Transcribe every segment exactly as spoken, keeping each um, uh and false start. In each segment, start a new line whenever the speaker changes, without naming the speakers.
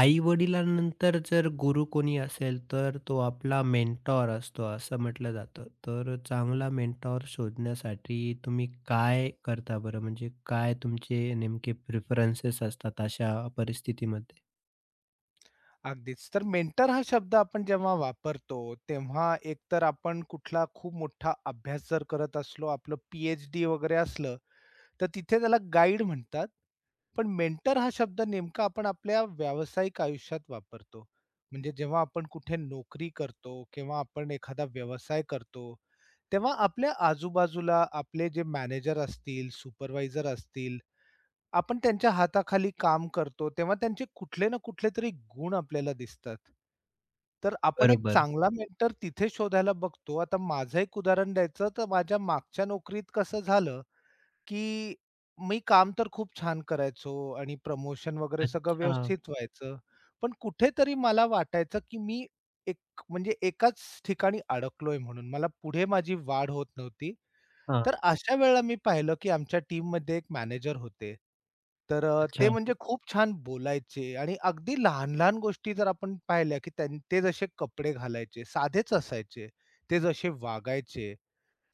आई-वडिलांनंतर जर गुरु कोणी असेल, तर तो आपला मेंटॉर असतो असं म्हटलं जातं. तर चांगला मेंटॉर शोधण्यासाठी तुम्ही काय करता बरं? म्हणजे काय तुमचे नेमके प्रेफरन्सेस असतात अशा परिस्थितीमध्ये?
अगदीच. तर मेंटर हा शब्द आपण जेव्हा वापरतो, तेव्हा एकतर आपण कुठला खूप मोठा अभ्यास जर करत असलो, आपलं पी-एच-डी वगैरे असलं, तर तिथे त्याला गाईड म्हणतात. पण मेंटर हा शब्द नेमका आपण आपल्या व्यावसायिक आयुष्यात वापरतो. म्हणजे जेव्हा आपण कुठे नोकरी करतो किंवा आपण एखादा व्यवसाय करतो, तेव्हा आपल्या आजूबाजूला आपले जे मॅनेजर असतील, सुपरवायझर असतील, आपण त्यांच्या हाताखाली काम करतो, तेव्हा त्यांचे कुठले ना कुठले तरी गुण आपल्याला दिसतात. तर आपण एक
बरोबर.
चांगला मेंटर तिथे शोधायला बघतो. आता माझं एक उदाहरण द्यायचं तर माझ्या मागच्या नोकरीत कसं झालं, की मी काम तर खूप छान करायचो आणि प्रमोशन वगैरे सगळं
अच्छा.
व्यवस्थित व्हायचं. पण कुठेतरी मला वाटायचं, की मी एक म्हणजे एकाच ठिकाणी अडकलोय म्हणून. मला पुढे माझी वाढ होत नव्हती.
हां.
तर अशा वेळेला मी पाहिलं, की आमच्या टीममध्ये एक मॅनेजर होते. तर अ, ते
अच्छा.
म्हणजे खूप छान बोलायचे आणि अगदी लहान-लहान गोष्टी जर आपण पाहिल्या, की त्यां ते जसे कपडे घालायचे, साधेच असायचे. ते जसे वागायचे,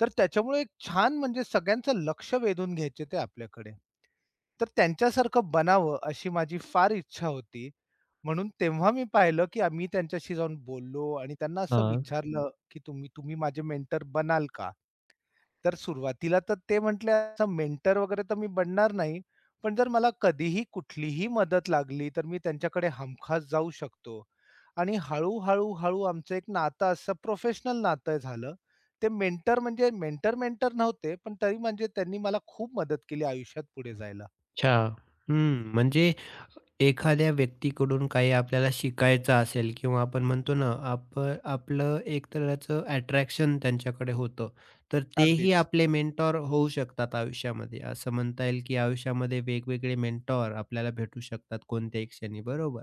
तर त्याच्यामुळे एक छान म्हणजे सगळ्यांचं लक्ष वेधून घ्यायचे ते आपल्याकडे. तर त्यांच्यासारखं बनावं अशी माझी फार इच्छा होती. म्हणून तेव्हा मी पाहिलं, की आम्ही त्यांच्याशी जाऊन बोललो आणि त्यांना असं
हां.
विचारलं, की तुम्ही तुम्ही माझे मेंटर बनाल का? तर सुरुवातीला तर ते म्हटले असा मेंटर वगैरे तर मी बनणार नाही. पण जर मला कधीही कुठलीही मदत लागली, तर मी त्यांच्याकडे हमखास जाऊ शकतो. आणि हळू-हळू, हळू आमचं एक नातं असं प्रोफेशनल नातं झालं. ते मेंटर म्हणजे मेंटर-मेंटर नव्हते, पण तरी म्हणजे त्यांनी मला खूप मदत केली आयुष्यात पुढे जायला.
अच्छा. हं. म्हणजे एखाद्या व्यक्तीकडून काही आपल्याला शिकायचं असेल किंवा आपण म्हणतो ना, आप आपलं एक तऱ्हेचं अट्रॅक्शन त्यांच्याकडे होतं. तर तेही
अगदीच,
आपले मेंटॉर होऊ शकतात आयुष्यामध्ये. असं म्हणता येईल, की आयुष्यामध्ये वेगवेगळे मेंटॉर आपल्याला भेटू शकतात कोणत्याही क्षणी, बरोबर?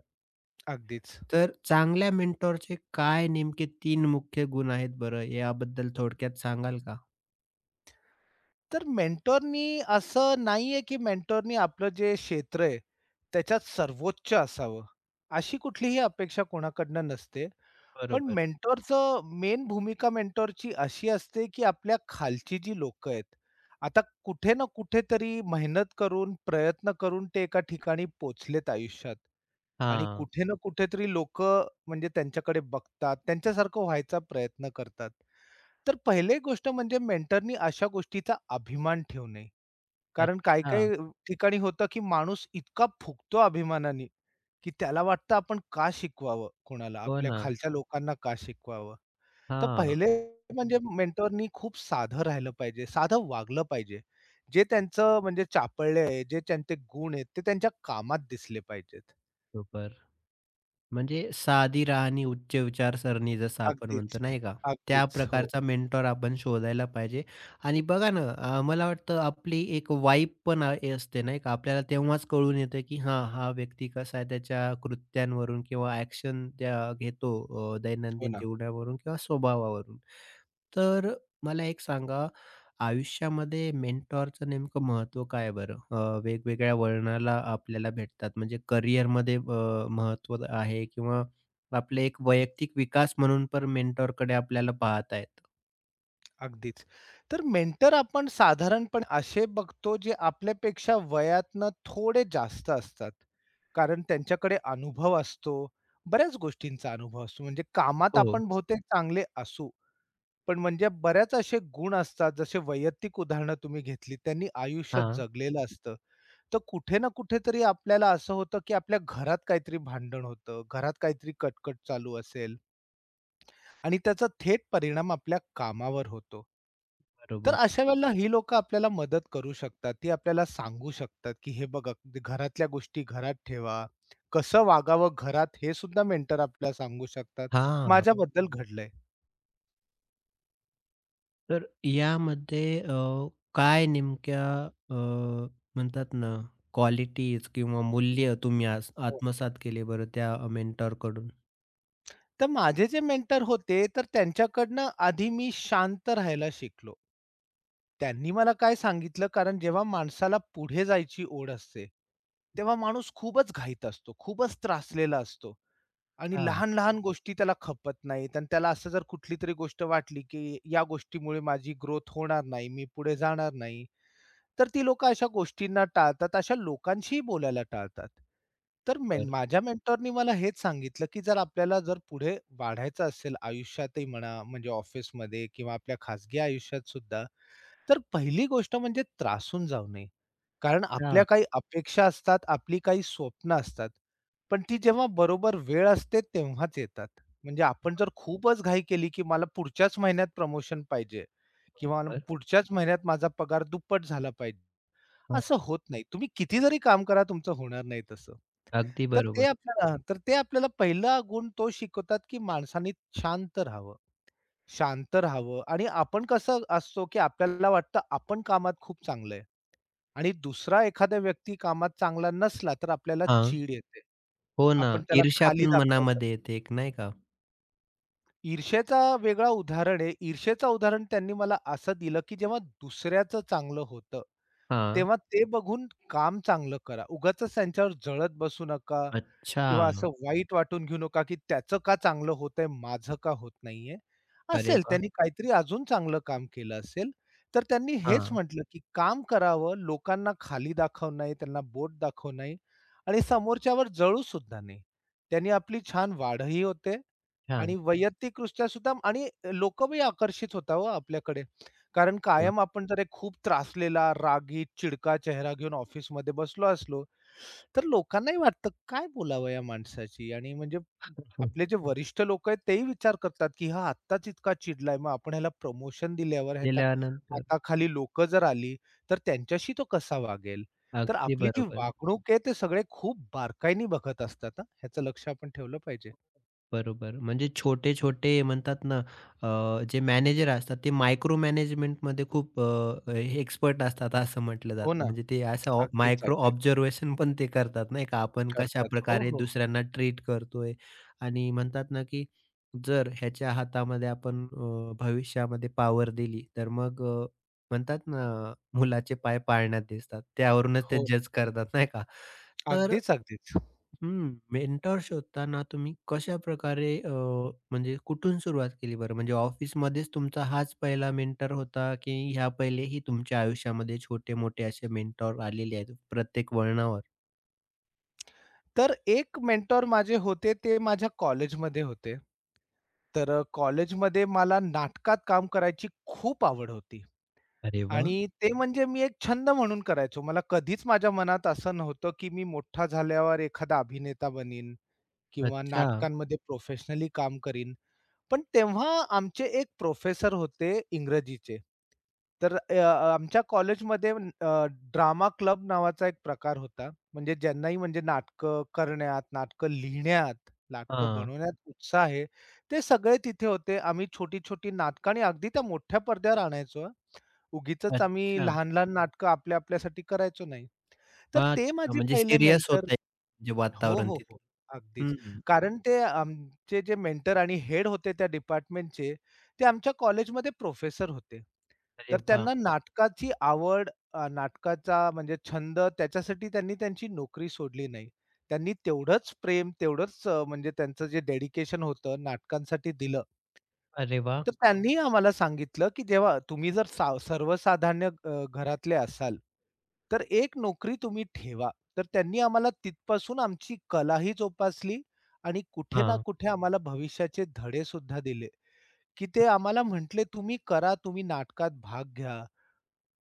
अगदीच.
तर चांगल्या मेंटॉरचे काय नेमके तीन मुख्य गुण आहेत बरं? याबद्दल थोडक्यात सांगाल का?
तर मेंटॉरनी असं नाहीये, की मेंटॉरनी आपलं जे क्षेत्र आहे, त्याच्यात सर्वोच्च असावं. अशी कुठलीही अपेक्षा कोणाकडनं नसते. पण
बरोबर.
मेंटॉरचं मेन भूमिका मेंटॉरची अशी असते, की आपल्या खालची जी लोकं आहेत, आता कुठे ना कुठेतरी मेहनत करून, प्रयत्न करून ते एका ठिकाणी पोहोचलेत आयुष्यात आणि
हां.
कुठे ना कुठेतरी लोकं म्हणजे त्यांच्याकडे बघतात, त्यांच्यासारखं व्हायचा प्रयत्न करतात. तर पहिली गोष्ट म्हणजे मेंटॉरनी अशा गोष्टीचा अभिमान ठेवू नये. कारण
अच्छा.
काही-काही ठिकाणी होतं, की माणूस इतका फुगतो अभिमानाने, की त्याला वाटतं आपण का शिकवावं कोणाला?
हो
आपल्या
ना.
खालच्या लोकांना का शिकवावं? तर
हां.
पहिले म्हणजे मेंटॉरनी खूप साधं राहिलं पाहिजे, साधं वागलं पाहिजे. जे त्यांचं म्हणजे चापल्य आहे, जे त्यांचे गुण आहेत, ते त्यांच्या कामात दिसले पाहिजेत.
बरोबर. म्हणजे साधी राहणी, उच्च विचारसरणी जसं आपण
अगदीच,
म्हणतो नाही का? त्या
अगदीच. हो,
प्रकारचा मेंटॉर आपण शोधायला पाहिजे आणि बघा ना अ, मला वाटतं आपली एक वाइब पण अ, असते नाही का? आपल्याला तेव्हाच कळून येतं, की हां, हा व्यक्ती कसा आहे त्याच्या कृत्यांवरून किंवा ॲक्शन त्या घेतो अ,
हो
दैनंदिन
ना.
जीवनावरून किंवा स्वभावावरून. तर मला एक सांगा, आयुष्यामध्ये मेंटॉरचं नेमकं महत्त्व काय आहे बरं? अ, वेगवेगळ्या वळणाला आपल्याला भेटतात. म्हणजे करिअरमध्ये अ, महत्त्व आहे किंवा आपले एक वैयक्तिक विकास म्हणून पण मेंटॉरकडे आपल्याला पाहता येतं.
अगदीच. तर मेंटर आपण साधारणपणे असे बघतो जे आपल्यापेक्षा वयातनं थोडे जास्त असतात. कारण त्यांच्याकडे अनुभव असतो, बऱ्याच गोष्टींचा अनुभव असतो. म्हणजे कामात
हो.
आपण बहुतेक चांगले असू, पण म्हणजे बऱ्याच असे गुण असतात, जसे वैयक्तिक उदाहरणं तुम्ही घेतली, त्यांनी आयुष्यात
हां.
जगलेलं असतं. तर कुठे ना कुठेतरी आपल्याला असं होतं, की आपल्या घरात काहीतरी भांडण होतं, घरात काहीतरी कटकट चालू असेल आणि त्याचा थेट परिणाम आपल्या कामावर होतो. तर
बरोबर.
अशा वेळेला ही लोकं आपल्याला मदत करू शकतात. ती आपल्याला सांगू शकतात, की हे बघा घरातल्या गोष्टी घरात ठेवा. कसं वागावं घरात हे सुद्धा मेंटर आपल्याला सांगू शकतात. हं,
हां.
माझ्याबद्दल घडलंय.
तर यामध्ये अ, काय नेमक्या अ, म्हणतात ना क्वालिटीज किंवा मूल्य तुम्ही आस
हो.
आत्मसात केले बरं त्या मेंटॉरकडून?
तर माझे जे मेंटर होते तर त्यांच्याकडनं आधी मी शांत राहायला शिकलो. त्यांनी मला काय सांगितलं कारण जेव्हा माणसाला पुढे जायची ओढ असते, तेव्हा माणूस खूपच घाईत असतो, खूपच त्रासलेला असतो. आणि
अच्छा.
लहान-लहान गोष्टी त्याला खपत नाहीत आणि त्याला असं जर कुठली तरी गोष्ट वाटली, की या गोष्टीमुळे माझी ग्रोथ होणार नाही, मी पुढे जाणार नाही, तर ती लोकं अशा गोष्टींना टाळतात, अशा लोकांशीही बोलायला टाळतात. तर मेन
बरं.
माझ्या मेंटॉरनी मला हेच सांगितलं, की जर आपल्याला जर पुढे वाढायचं असेल आयुष्यातही म्हणा, म्हणजे ऑफिसमध्ये किंवा आपल्या खाजगी आयुष्यात सुद्धा, तर पहिली गोष्ट म्हणजे त्रासून जाऊ नये. कारण आपल्या
हां.
काही अपेक्षा असतात, आपली काही स्वप्न असतात. पण ती जेव्हा बरोबर वेळ असते तेव्हाच येतात. म्हणजे आपण जर खूपच घाई केली, की मला पुढच्याच महिन्यात प्रमोशन पाहिजे किंवा मला
बरं.
पुढच्याच महिन्यात माझा पगार दुप्पट झाला पाहिजे, असं होत नाही. तुम्ही किती जरी काम करा तुमचं होणार नाही तसं.
अगदी
तर ते
बरोबर.
आपल्याला तर ते आपल्याला पहिला गुण तो शिकवतात, की माणसाने शांत राहावं. शांत राहावं आणि आपण कसं असतो, की आपल्याला वाटतं आपण कामात खूप चांगलं आहे आणि दुसरा एखादा व्यक्ती कामात चांगला नसला, तर आपल्याला
हां.
चीड येते.
हो ना,
आपण त्याला
ईर्ष्या
खाली
पण
दाखवायचं.
मनामध्ये येते एक नाही का?
ईर्षेचा वेगळा उदाहरण आहे. ईर्षेचं उदाहरण त्यांनी मला असं दिलं, की जेव्हा दुसऱ्याचं चांगलं होतं,
हां.
तेव्हा ते बघून काम चांगलं करा. उगाचच त्यांच्यावर जळत बसू नका.
अच्छा.
किंवा असं वाईट वाटून घेऊ नका, की त्याचं का चांगलं होतंय, माझं का होत नाहीये.
अरे
असेल
वाह!
त्यांनी काहीतरी अजून चांगलं काम केलं असेल, तर त्यांनी हेच
हां,
म्हटलं, की काम करावं, लोकांना खाली दाखवू नाही, त्यांना बोट दाखवू नाही आणि समोरच्यावर जळू सुद्धा नाही. त्यांनी आपली छान वाढही होते आणि
छान.
वैयक्तिकदृष्ट्या सुद्धा आणि लोकंही आकर्षित होतात हो आपल्याकडे. कारण कायम आपण जर एक खूप त्रासलेला, रागीट, चिडका चेहरा घेऊन ऑफिसमध्ये बसलो असलो, तर लोकांनाही वाटतं काय बोलावं या माणसाची आणि म्हणजे
हं.
आपले जे वरिष्ठ लोक आहेत तेही विचार करतात, की हा आत्ताच इतका चिडलाय, मग आपण ह्याला प्रमोशन दिल्यावर ह्याच्या
केल्यानंतर
आता खाली लोकं जर आली, तर त्यांच्याशी तो कसा वागेल? तर
अगदी
आपली जी
बरोबर.
वागणूक आहे ते सगळे खूप बारकाईने बघत असतात हां. ह्याचं लक्ष आपण ठेवलं पाहिजे.
बरोबर. म्हणजे छोटे-छोटे म्हणतात ना, अ, जे मॅनेजर असतात ते मायक्रो मॅनेजमेंटमध्ये खूप अ, एक्सपर्ट असतात असं म्हटलं
हो
जातं.
ना.
म्हणजे ते असं
अगदीच,
मायक्रो
अगदीच.
ऑब्झर्वेशन पण ते करतात नाही का, आपण
करतात. हो,
कशाप्रकारे
हो, हो.
दुसऱ्यांना ट्रीट करतोय आणि म्हणतात ना, की जर ह्याच्या हातामध्ये आपण अ, भविष्यामध्ये पॉवर दिली तर मग अ, म्हणतात ना, मुलाचे पाय पाळण्यात दिसतात. त्यावरूनच ते
हो.
जज करतात नाही का. तर
अगदीच, अगदीच.
हं. मेंटॉर शोधताना तुम्ही कशाप्रकारे अ, म्हणजे कुठून सुरुवात केली बरं? म्हणजे ऑफिसमध्येच तुमचा हाच पहिला मेंटर होता, की ह्या पहिलेही तुमच्या आयुष्यामध्ये छोटे-मोठे असे मेंटॉर आलेले आहेत प्रत्येक वळणावर?
तर एक मेंटॉर माझे होते ते माझ्या कॉलेजमध्ये होते. तर अ, कॉलेजमध्ये मला नाटकात काम करायची खूप आवड होती
अरे वाह!
आणि ते म्हणजे मी एक छंद म्हणून करायचो. मला कधीच माझ्या मनात असं नव्हतं, की मी मोठा झाल्यावर एखादा अभिनेता बनीन किंवा
अच्छा.
नाटकांमध्ये प्रोफेशनली काम करीन. पण तेव्हा आमचे एक प्रोफेसर होते इंग्रजीचे. तर अ, आमच्या कॉलेजमध्ये अ, ड्रामा क्लब नावाचा एक प्रकार होता. म्हणजे ज्यांनाही म्हणजे नाटकं करण्यात, नाटकं लिहिण्यात, नाटकं
हां.
बनवण्यात उत्साह आहे, ते सगळे तिथे होते. आम्ही छोटी-छोटी नाटकं आणि अगदी त्या मोठ्या पडद्यावर आणायचो हां. आम्ही
अच्छा.
लहान-लहान नाटकं आपल्या आपल्यासाठी करायचो नाही. तर ते
अच्छा.
माझे
म्हणजे
पहिले
सीरियस
मेंटर
होतंय म्हणजे
हो,
वातावरण
हो, हो.
तिथलं.
अगदीच.
हं.
कारण ते आमचे जे मेंटर आणि हेड होते त्या डिपार्टमेंटचे, ते आमच्या कॉलेजमध्ये प्रोफेसर होते.
अरे
तर
वाह!
त्यांना नाटकाची आवड, अ, नाटकाचा म्हणजे छंद त्याच्यासाठी त्यांनी त्यांची नोकरी सोडली नाही. त्यांनी तेवढंच प्रेम, तेवढंच अ, म्हणजे त्यांचं जे डेडिकेशन होतं नाटकांसाठी दिलं.
अरे वाह!
तर त्यांनी आम्हाला सांगितलं, की जेव्हा तुम्ही जर साव सर्वसाधारण अ, घरातले असाल, तर एक नोकरी तुम्ही ठेवा. तर त्यांनी आम्हाला तिथपासून आमची कलाही जोपासली आणि कुठे ना
हां.
कुठे आम्हाला भविष्याचे धडेसुद्धा दिले, की ते आम्हाला म्हटले, "तुम्ही करा, तुम्ही नाटकात भाग घ्या.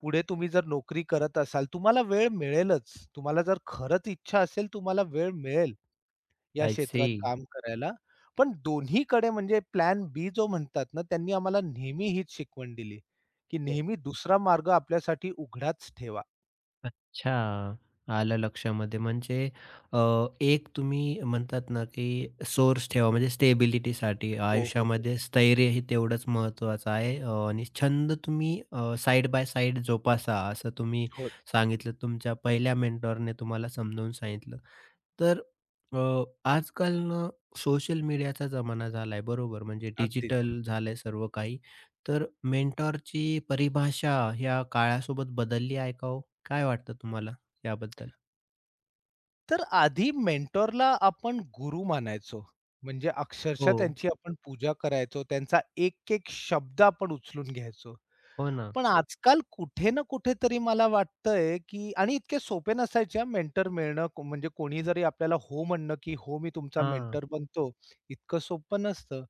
पुढे तुम्ही जर नोकरी करत असाल, तुम्हाला वेळ मिळेलच. तुम्हाला जर खरंच इच्छा असेल, तुम्हाला वेळ मिळेल. या
आय सी.
क्षेत्रात काम करायला. पण दोन्हीकडे म्हणजे प्लॅन बी जो म्हणतात ना, त्यांनी आम्हाला नेहमी हीच शिकवण दिली, की नेहमी दुसरा मार्ग आपल्यासाठी उघडाच ठेवा.
अच्छा. आलं लक्षामध्ये. म्हणजे अ, एक तुम्ही म्हणतात ना, की सोर्स ठेवा म्हणजे स्टेबिलिटीसाठी
हो, हो, हो.
आयुष्यामध्ये स्थैर्य हे तेवढंच महत्त्वाचं आहे अ, आणि छंद तुम्ही अ, साइड बाय साइड जोपासा असं तुम्ही
हो,
सांगितलं. तुमच्या पहिल्या मेंटॉरने तुम्हाला समजावून सांगितलं. तर अ, आजकाल ना सोशल मीडियाचा जमाना झालाय बरोबर. म्हणजे
अगदीच.
डिजिटल झालंय सर्व काही. तर मेंटॉरची परिभाषा ह्या काळासोबत बदलली आहे का हो? काय वाटतं तुम्हाला याबद्दल?
तर आधी मेंटॉरला आपण गुरु मानायचो. म्हणजे अक्षरशः
हो,
त्यांची आपण पूजा करायचो. त्यांचा एक-एक शब्द आपण उचलून घ्यायचो.
हो ना.
पण आजकाल कुठे ना कुठेतरी मला वाटतंय, की आणि इतके सोपे नसायचे हां, मेंटर मिळणं को- म्हणजे कोणी जरी आपल्याला हो म्हणलं, की "हो, मी तुमचा
हां,
मेंटर बनतो." इतकं सोपं नसतं.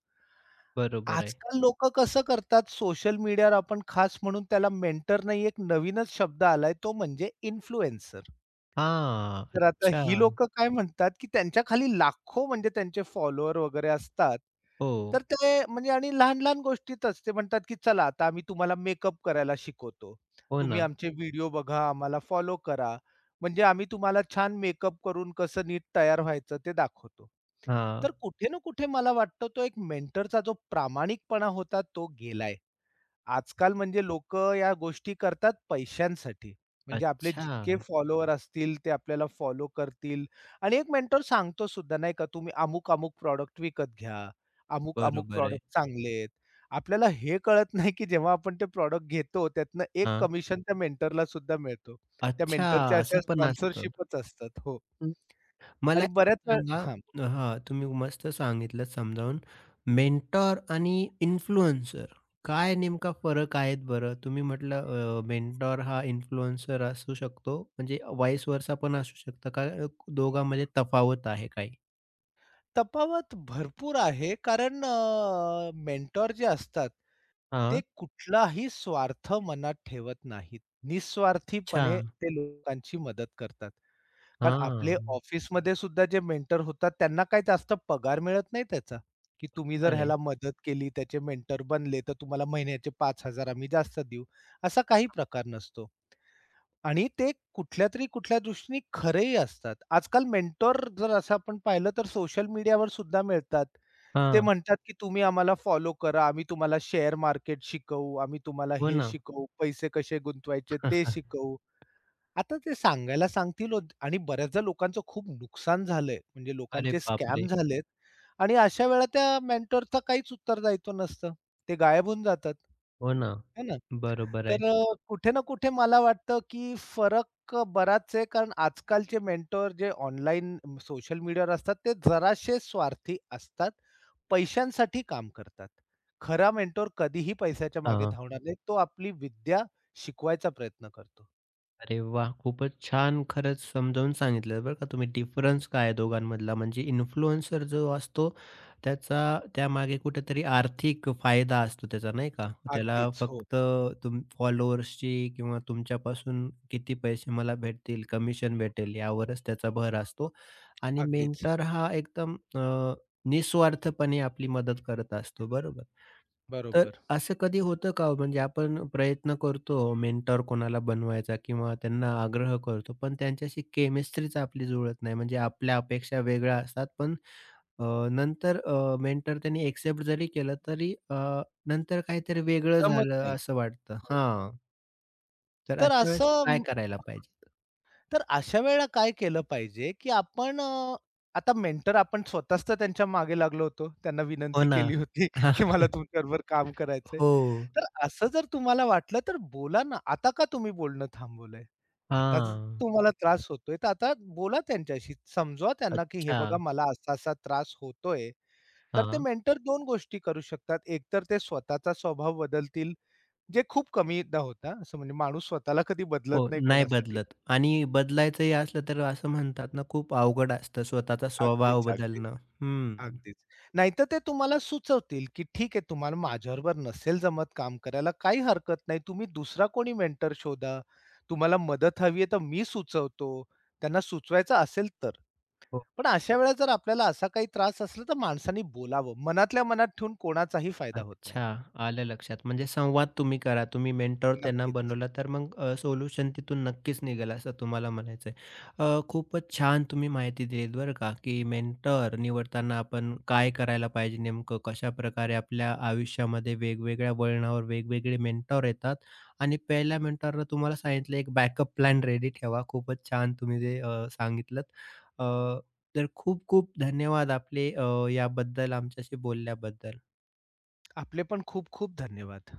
बरोबर आहे.
आजकाल लोकं कसं करतात, सोशल मीडियावर आपण खास म्हणून त्याला मेंटर नाही, एक नवीनच शब्द आलाय, तो म्हणजे इन्फ्लुएन्सर.
हां,
तर आता ही
अच्छा.
लोकं काय म्हणतात, की त्यांच्या खाली लाखो म्हणजे त्यांचे फॉलोवर वगैरे असतात.
हो,
तर ते म्हणजे आणि लहान-लहान गोष्टीतच ते म्हणतात, की "चला आता आम्ही तुम्हाला मेकअप करायला शिकवतो.
हो
तुम्ही
ना.
आमचे व्हिडिओ बघा, आम्हाला फॉलो करा. म्हणजे आम्ही तुम्हाला छान मेकअप करून कसं नीट तयार व्हायचं ते दाखवतो."
हां,
तर कुठे ना कुठे मला वाटतं तो एक मेंटरचा जो प्रामाणिकपणा होता तो गेलाय. आजकाल म्हणजे लोक या गोष्टी करतात पैशांसाठी. म्हणजे आपले
अच्छा.
जितके फॉलोवर असतील ते आपल्याला फॉलो करतील आणि एक मेंटर सांगतो सुद्धा नाही का, तुम्ही अमुक-अमुक प्रॉडक्ट विकत घ्या. अमुक-अमुक
बरोबर आहे.
प्रॉडक्ट चांगले आहेत. आपल्याला हे कळत नाही की जेव्हा आपण ते प्रॉडक्ट घेतो त्यातनं एक
हां.
कमिशन त्या मेंटरला सुद्धा मिळतो. त्या
अच्छा,
मेंटरच्या अशा
असं पण असतं.
स्पॉन्सरशिपच असतात. हो.
हं. मला
आणि बऱ्याच
एक
वेळ
सांगा
हां.
हां, तुम्ही मस्त सांगितलं समजावून. मेंटॉर आणि इन्फ्लुएन्सर काय नेमका फरक आहेत बरं? तुम्ही म्हटलं मेंटॉर हा इन्फ्लुएन्सर असू शकतो, म्हणजे व्हाईस वर्सा पण असू शकतं का? अ, दोघांमध्ये तफावत आहे काही?
तफावत भरपूर आहे. कारण अ, मेंटॉर जे असतात, ते
हां,
कुठलाही स्वार्थ मनात ठेवत नाहीत.
अच्छा.
निस्वार्थीपणे ते लोकांची मदत करतात. कारण आपले
हां,
ऑफिसमध्ये सुद्धा जे मेंटर होतात, त्यांना काही जास्त पगार मिळत नाही त्याचा, की तुम्ही जर
अरे!
ह्याला मदत केली, त्याचे मेंटर बनले, तर तुम्हाला महिन्याचे पाच हजार आम्ही जास्त देऊ, असा काही प्रकार नसतो. आणि ते कुठल्यातरी कुठल्या दृष्टीने खरेही असतात. आजकाल मेंटॉर जर असं आपण पाहिलं तर सोशल मीडियावर सुद्धा मिळतात. ते
हां,
म्हणतात, की तुम्ही आम्हाला फॉलो करा. आम्ही तुम्हाला शेअर मार्केट शिकवू. आम्ही तुम्हाला
हो
हे
ना.
शिकवू. पैसे कसे गुंतवायचे ते शिकवू. आता ते सांगायला सांगतील ओ आणि बऱ्याचदा लोकांचं खूप नुकसान झालंय. म्हणजे
अरे
लोकांचे स्कॅम
बापरे!
झालेत आणि अशा वेळेला त्या मेंटॉरचं काहीच उत्तरदायित्व नसतं. ते गायब होऊन जातात.
हो ना.
है ना?
बरोबर आहे.
तर अ, कुठे ना कुठे मला वाटतं, की फरक अ, बराच आहे. कारण आजकालचे मेंटॉर जे ऑनलाईन सोशल मीडियावर असतात, ते जराशे स्वार्थी असतात. पैशांसाठी काम करतात. खरा मेंटॉर कधीही पैशाच्या मागे
हां.
धावणार नाही. तो आपली विद्या शिकवायचा प्रयत्न करतो.
अरे वाह! खूपच छान खरंच समजावून सांगितलं बरं का तुम्ही डिफरन्स काय आहे दोघांमधला. म्हणजे इन्फ्लुएन्सर जो असतो त्याचा त्यामागे कुठेतरी आर्थिक फायदा असतो त्याचा नाही का? त्याला
अगदीच. हो,
फक्त तुम फॉलोअर्सची किंवा तुमच्यापासून किती पैसे मला भेटतील, कमिशन भेटेल यावरच त्याचा भर असतो. आणि
अगदीच.
मेंटर हा एकदम अ, निस्वार्थपणे आपली मदत करत असतो बरोबर.
बरोबर.
असं कधी होतं का हो? म्हणजे आपण प्रयत्न करतो मेंटॉर कोणाला बनवायचा किंवा त्यांना आग्रह करतो, पण त्यांच्याशी केमिस्ट्रीच आपली जुळत नाही. म्हणजे आपल्या अपेक्षा वेगळ्या असतात. पण अ, नंतर मेंटर त्यांनी एक्सेप्ट जरी केलं तरी अ, नंतर काहीतरी वेगळं
जमत
झालं
नाही.
असं वाटतं.
हो.
हां, तर
तर
अशा वेळेस काय
असं
करायला पाहिजे?
तर अशा वेळेला काय केलं पाहिजे, की आपण अ, आता मेंटर आपण स्वतःच तर त्यांच्या मागे लागलो होतो. त्यांना
हो
विनंती
ना.
केली होती, की मला तुमच्याबरोबर काम करायचंय.
हो.
तर असं जर तुम्हाला वाटलं तर बोला ना. आता का तुम्ही बोलणं थांबवलंय? आता जर
हां.
तुम्हाला त्रास होतोय, तर आता बोला त्यांच्याशी. समजवा त्यांना, की हे
अच्छा.
बघा मला असा-असा त्रास होतोय. तर ते
हां.
मेंटर दोन गोष्टी करू शकतात. एक तर ते स्वतःचा स्वभाव बदलतील, जे खूप कमीदा होता. असं म्हणजे माणूस स्वतःला कधी
हो,
बदलत नाही
नाही
कोणासाठी.
बदलत आणि बदलायचंही असलं तर असं म्हणतात ना, खूप अवघड असतं स्वतःचा स्वभाव
अगदीच, अगदीच.
बदलणं. हं.
अगदीच. नाहीतर ते तुम्हाला सुचवतील, की ठीक आहे तुम्हाला माझ्याबरोबर नसेल जमत काम करायला, काही हरकत नाही. तुम्ही दुसरा कोणी मेंटर शोधा. तुम्हाला मदत हवी आहे तर मी सुचवतो. त्यांना सुचवायचं असेल तर.
हो.
पण अशा वेळेला जर आपल्याला असा काही त्रास असला तर माणसाने बोलावं. मनातल्या मनात ठेवून कोणाचाही फायदा होत नाही.
अच्छा, आलं लक्षात. म्हणजे संवाद तुम्ही करा. तुम्ही मेंटॉर त्यांना
नक्कीच.
बनवला, तर मग अ, सोल्युशन तिथून नक्कीच निघेल असं तुम्हाला म्हणायचं आहे. अ, खूपच छान तुम्ही माहिती दिलीत बरं का, की मेंटॉर निवडताना आपण काय करायला पाहिजे नेमकं, कशाप्रकारे आपल्या आयुष्यामध्ये वेगवेगळ्या वळणावर वेगवेगळे मेंटॉर येतात आणि पहिल्या मेंटॉरनं तुम्हाला सांगितलं एक बॅकअप प्लॅन रेडी ठेवा. खूपच छान तुम्ही ते अ, सांगितलंत. अ, तर खूप खूप धन्यवाद आपले अ, याबद्दल आमच्याशी बोलल्याबद्दल.
आपले पण खूप खूप धन्यवाद.